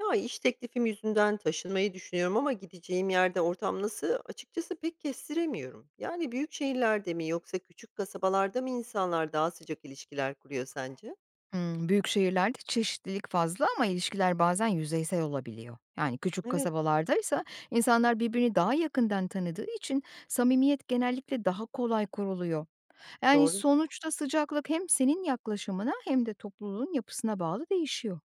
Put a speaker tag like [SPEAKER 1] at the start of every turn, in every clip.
[SPEAKER 1] Ya, iş teklifim yüzünden taşınmayı düşünüyorum ama gideceğim yerde ortam nasıl, açıkçası pek kestiremiyorum. Yani büyük şehirlerde mi yoksa küçük kasabalarda mı insanlar daha sıcak ilişkiler kuruyor sence?
[SPEAKER 2] Hımm, büyük şehirlerde çeşitlilik fazla ama ilişkiler bazen yüzeysel olabiliyor. Yani küçük
[SPEAKER 1] Evet,
[SPEAKER 2] kasabalarda ise insanlar birbirini daha yakından tanıdığı için samimiyet genellikle daha kolay kuruluyor. Yani
[SPEAKER 1] doğru.
[SPEAKER 2] sonuçta sıcaklık hem senin yaklaşımına hem de topluluğun yapısına bağlı değişiyor.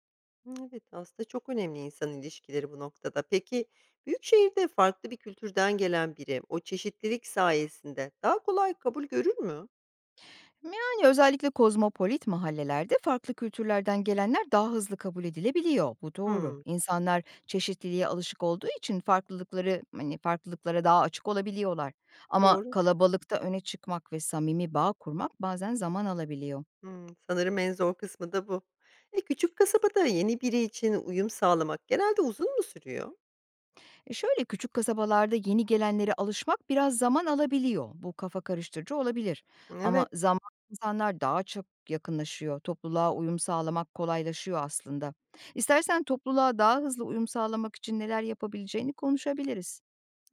[SPEAKER 1] Hı, evet, aslında çok önemli insan ilişkileri bu noktada. Peki, büyük şehirde farklı bir kültürden gelen biri o çeşitlilik sayesinde daha kolay kabul görür mü?
[SPEAKER 2] Yani özellikle kozmopolit mahallelerde farklı kültürlerden gelenler daha hızlı kabul edilebiliyor. Bu doğru.
[SPEAKER 1] Hımm,
[SPEAKER 2] İnsanlar çeşitliliğe alışık olduğu için farklılıkları hani farklılıklara daha açık olabiliyorlar. Ama
[SPEAKER 1] doğru.
[SPEAKER 2] kalabalıkta öne çıkmak ve samimi bağ kurmak bazen zaman alabiliyor.
[SPEAKER 1] Hımm, sanırım en zor kısmı da bu. Küçük kasabada yeni biri için uyum sağlamak genelde uzun mu sürüyor?
[SPEAKER 2] Şöyle küçük kasabalarda yeni gelenlere alışmak biraz zaman alabiliyor. Bu kafa karıştırıcı olabilir. Ama
[SPEAKER 1] Evet,
[SPEAKER 2] zaman insanlar daha çok yakınlaşıyor. Topluluğa uyum sağlamak kolaylaşıyor aslında. İstersen topluluğa daha hızlı uyum sağlamak için neler yapabileceğini konuşabiliriz.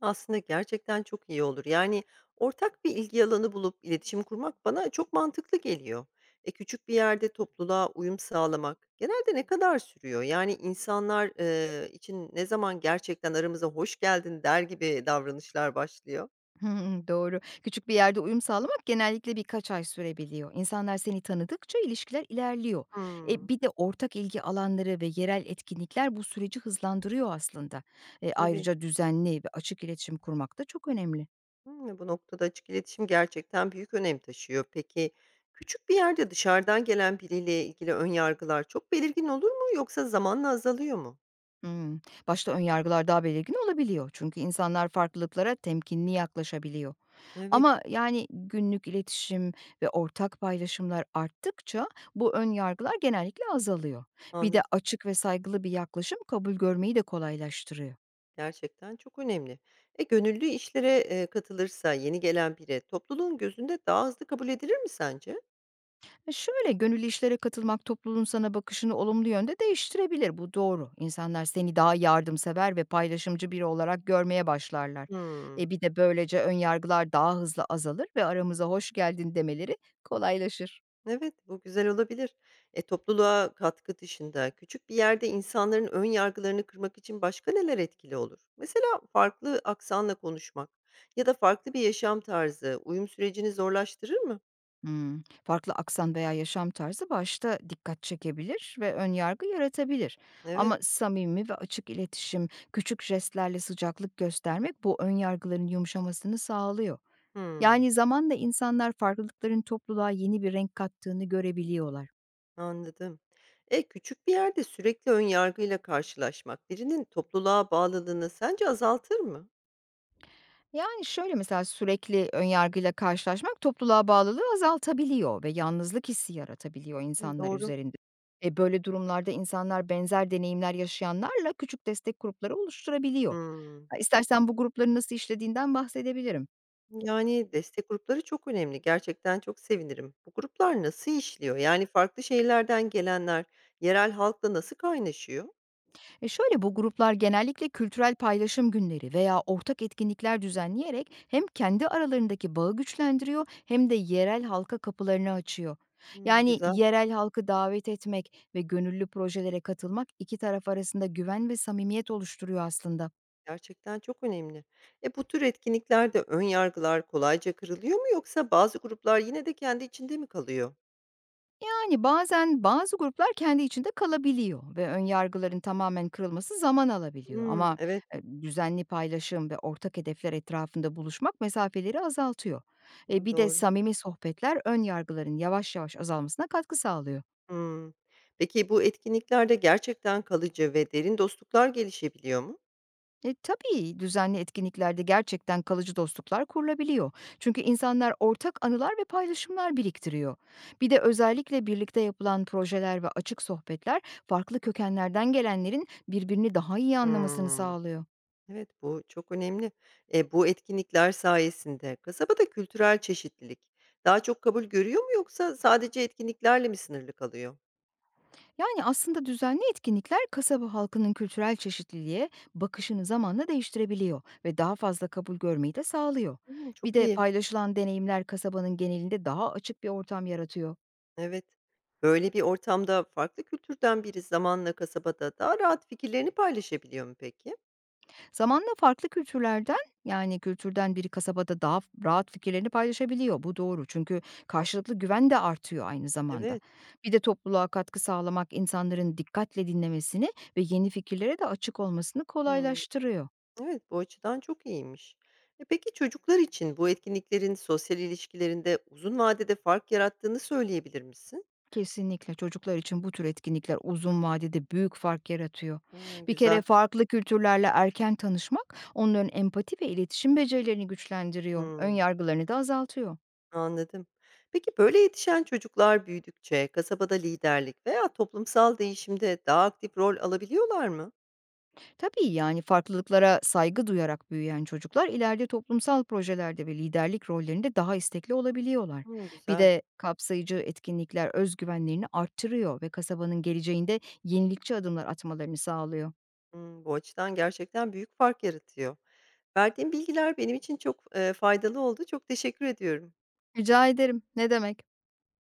[SPEAKER 1] aslında gerçekten çok iyi olur. Yani ortak bir ilgi alanı bulup iletişim kurmak bana çok mantıklı geliyor. Küçük bir yerde topluluğa uyum sağlamak genelde ne kadar sürüyor? Yani insanlar için ne zaman gerçekten aramıza hoş geldin der gibi davranışlar başlıyor?
[SPEAKER 2] Hımm, doğru. Küçük bir yerde uyum sağlamak genellikle birkaç ay sürebiliyor. İnsanlar seni tanıdıkça ilişkiler ilerliyor.
[SPEAKER 1] Hmm,
[SPEAKER 2] Bir de ortak ilgi alanları ve yerel etkinlikler bu süreci hızlandırıyor aslında.
[SPEAKER 1] tabii.
[SPEAKER 2] Ayrıca düzenli ve açık iletişim kurmak da çok önemli.
[SPEAKER 1] Hmm, bu noktada açık iletişim gerçekten büyük önem taşıyor. Peki küçük bir yerde dışarıdan gelen biriyle ilgili ön yargılar çok belirgin olur mu yoksa zamanla azalıyor mu?
[SPEAKER 2] Hımm. Başta ön yargılar daha belirgin olabiliyor. Çünkü insanlar farklılıklara temkinli yaklaşabiliyor.
[SPEAKER 1] Evet,
[SPEAKER 2] Ama, yani, günlük iletişim ve ortak paylaşımlar arttıkça bu ön yargılar genellikle azalıyor. Bir de
[SPEAKER 1] anladım.
[SPEAKER 2] açık ve saygılı bir yaklaşım kabul görmeyi de kolaylaştırıyor.
[SPEAKER 1] Gerçekten çok önemli. Gönüllü işlere, katılırsa yeni gelen biri topluluğun gözünde daha hızlı kabul edilir mi sence?
[SPEAKER 2] Şöyle, gönüllü işlere katılmak topluluğun sana bakışını olumlu yönde değiştirebilir. Bu doğru. İnsanlar seni daha yardımsever ve paylaşımcı biri olarak görmeye başlarlar.
[SPEAKER 1] Hımm.
[SPEAKER 2] Bir de böylece ön yargılar daha hızlı azalır ve aramıza hoş geldin demeleri kolaylaşır.
[SPEAKER 1] Evet, bu güzel olabilir. Topluluğa katkı dışında küçük bir yerde insanların ön yargılarını kırmak için başka neler etkili olur? Mesela farklı aksanla konuşmak ya da farklı bir yaşam tarzı uyum sürecini zorlaştırır mı?
[SPEAKER 2] Hımm. Farklı aksan veya yaşam tarzı başta dikkat çekebilir ve ön yargı yaratabilir.
[SPEAKER 1] Evet.
[SPEAKER 2] Ama samimi ve açık iletişim, küçük jestlerle sıcaklık göstermek bu ön yargıların yumuşamasını sağlıyor.
[SPEAKER 1] Hımm.
[SPEAKER 2] Yani zamanla insanlar farklılıkların topluluğa yeni bir renk kattığını görebiliyorlar.
[SPEAKER 1] Anladım. Küçük bir yerde sürekli ön yargıyla karşılaşmak birinin topluluğa bağlılığını sence azaltır mı?
[SPEAKER 2] Yani, şöyle mesela sürekli önyargıyla karşılaşmak topluluğa bağlılığı azaltabiliyor ve yalnızlık hissi yaratabiliyor insanlar
[SPEAKER 1] Doğru.
[SPEAKER 2] üzerinde. Böyle durumlarda insanlar benzer deneyimler yaşayanlarla küçük destek grupları oluşturabiliyor.
[SPEAKER 1] Hımm.
[SPEAKER 2] Ha, istersen bu grupların nasıl işlediğinden bahsedebilirim.
[SPEAKER 1] Yani, destek grupları çok önemli. Gerçekten çok sevinirim. Bu gruplar nasıl işliyor? Yani, farklı şehirlerden gelenler yerel halkla nasıl kaynaşıyor?
[SPEAKER 2] Şöyle bu gruplar genellikle kültürel paylaşım günleri veya ortak etkinlikler düzenleyerek hem kendi aralarındaki bağı güçlendiriyor hem de yerel halka kapılarını açıyor.
[SPEAKER 1] Hımm,
[SPEAKER 2] Yani
[SPEAKER 1] güzel.
[SPEAKER 2] yerel halkı davet etmek ve gönüllü projelere katılmak iki taraf arasında güven ve samimiyet oluşturuyor aslında.
[SPEAKER 1] Gerçekten çok önemli. Bu tür etkinliklerde ön yargılar kolayca kırılıyor mu yoksa bazı gruplar yine de kendi içinde mi kalıyor?
[SPEAKER 2] Yani bazen bazı gruplar kendi içinde kalabiliyor ve ön yargıların tamamen kırılması zaman alabiliyor.
[SPEAKER 1] Hımm,
[SPEAKER 2] Ama
[SPEAKER 1] evet.
[SPEAKER 2] düzenli paylaşım ve ortak hedefler etrafında buluşmak mesafeleri azaltıyor.
[SPEAKER 1] Hımm,
[SPEAKER 2] Bir de
[SPEAKER 1] doğru.
[SPEAKER 2] samimi sohbetler ön yargıların yavaş yavaş azalmasına katkı sağlıyor.
[SPEAKER 1] Hımm. Peki bu etkinliklerde gerçekten kalıcı ve derin dostluklar gelişebiliyor mu?
[SPEAKER 2] Tabii düzenli etkinliklerde gerçekten kalıcı dostluklar kurulabiliyor. Çünkü insanlar ortak anılar ve paylaşımlar biriktiriyor. Bir de özellikle birlikte yapılan projeler ve açık sohbetler farklı kökenlerden gelenlerin birbirini daha iyi anlamasını
[SPEAKER 1] Hımm.
[SPEAKER 2] sağlıyor.
[SPEAKER 1] Evet, bu çok önemli. Bu etkinlikler sayesinde kasabada kültürel çeşitlilik daha çok kabul görüyor mu yoksa sadece etkinliklerle mi sınırlı kalıyor?
[SPEAKER 2] Yani aslında düzenli etkinlikler kasaba halkının kültürel çeşitliliğe bakışını zamanla değiştirebiliyor ve daha fazla kabul görmeyi de sağlıyor.
[SPEAKER 1] Hımm,
[SPEAKER 2] Bir
[SPEAKER 1] çok
[SPEAKER 2] de
[SPEAKER 1] iyi.
[SPEAKER 2] paylaşılan deneyimler kasabanın genelinde daha açık bir ortam yaratıyor.
[SPEAKER 1] Evet. Böyle bir ortamda farklı kültürden biri zamanla kasabada daha rahat fikirlerini paylaşabiliyor mu peki?
[SPEAKER 2] Zamanla farklı kültürlerden yani kültürden biri kasabada daha rahat fikirlerini paylaşabiliyor. Bu doğru çünkü karşılıklı güven de artıyor aynı zamanda.
[SPEAKER 1] Evet.
[SPEAKER 2] Bir de topluluğa katkı sağlamak insanların dikkatle dinlemesini ve yeni fikirlere de açık olmasını
[SPEAKER 1] Hımm.
[SPEAKER 2] kolaylaştırıyor.
[SPEAKER 1] Evet, bu açıdan çok iyiymiş. E peki çocuklar için bu etkinliklerin sosyal ilişkilerinde uzun vadede fark yarattığını söyleyebilir misin?
[SPEAKER 2] Kesinlikle çocuklar için bu tür etkinlikler uzun vadede büyük fark yaratıyor.
[SPEAKER 1] Ha,
[SPEAKER 2] Bir kere
[SPEAKER 1] güzel.
[SPEAKER 2] farklı kültürlerle erken tanışmak onların empati ve iletişim becerilerini güçlendiriyor, ön
[SPEAKER 1] Hımm,
[SPEAKER 2] yargılarını da azaltıyor.
[SPEAKER 1] anladım. Peki böyle yetişen çocuklar büyüdükçe kasabada liderlik veya toplumsal değişimde daha aktif rol alabiliyorlar mı?
[SPEAKER 2] Tabii yani farklılıklara saygı duyarak büyüyen çocuklar ileride toplumsal projelerde ve liderlik rollerinde daha istekli olabiliyorlar.
[SPEAKER 1] Hımm,
[SPEAKER 2] Bir
[SPEAKER 1] güzel.
[SPEAKER 2] de kapsayıcı etkinlikler özgüvenlerini arttırıyor ve kasabanın geleceğinde yenilikçi adımlar atmalarını sağlıyor.
[SPEAKER 1] Hımm, bu açıdan gerçekten büyük fark yaratıyor. Verdiğin bilgiler benim için çok, faydalı oldu. Çok teşekkür ediyorum.
[SPEAKER 2] Rica ederim. Ne demek?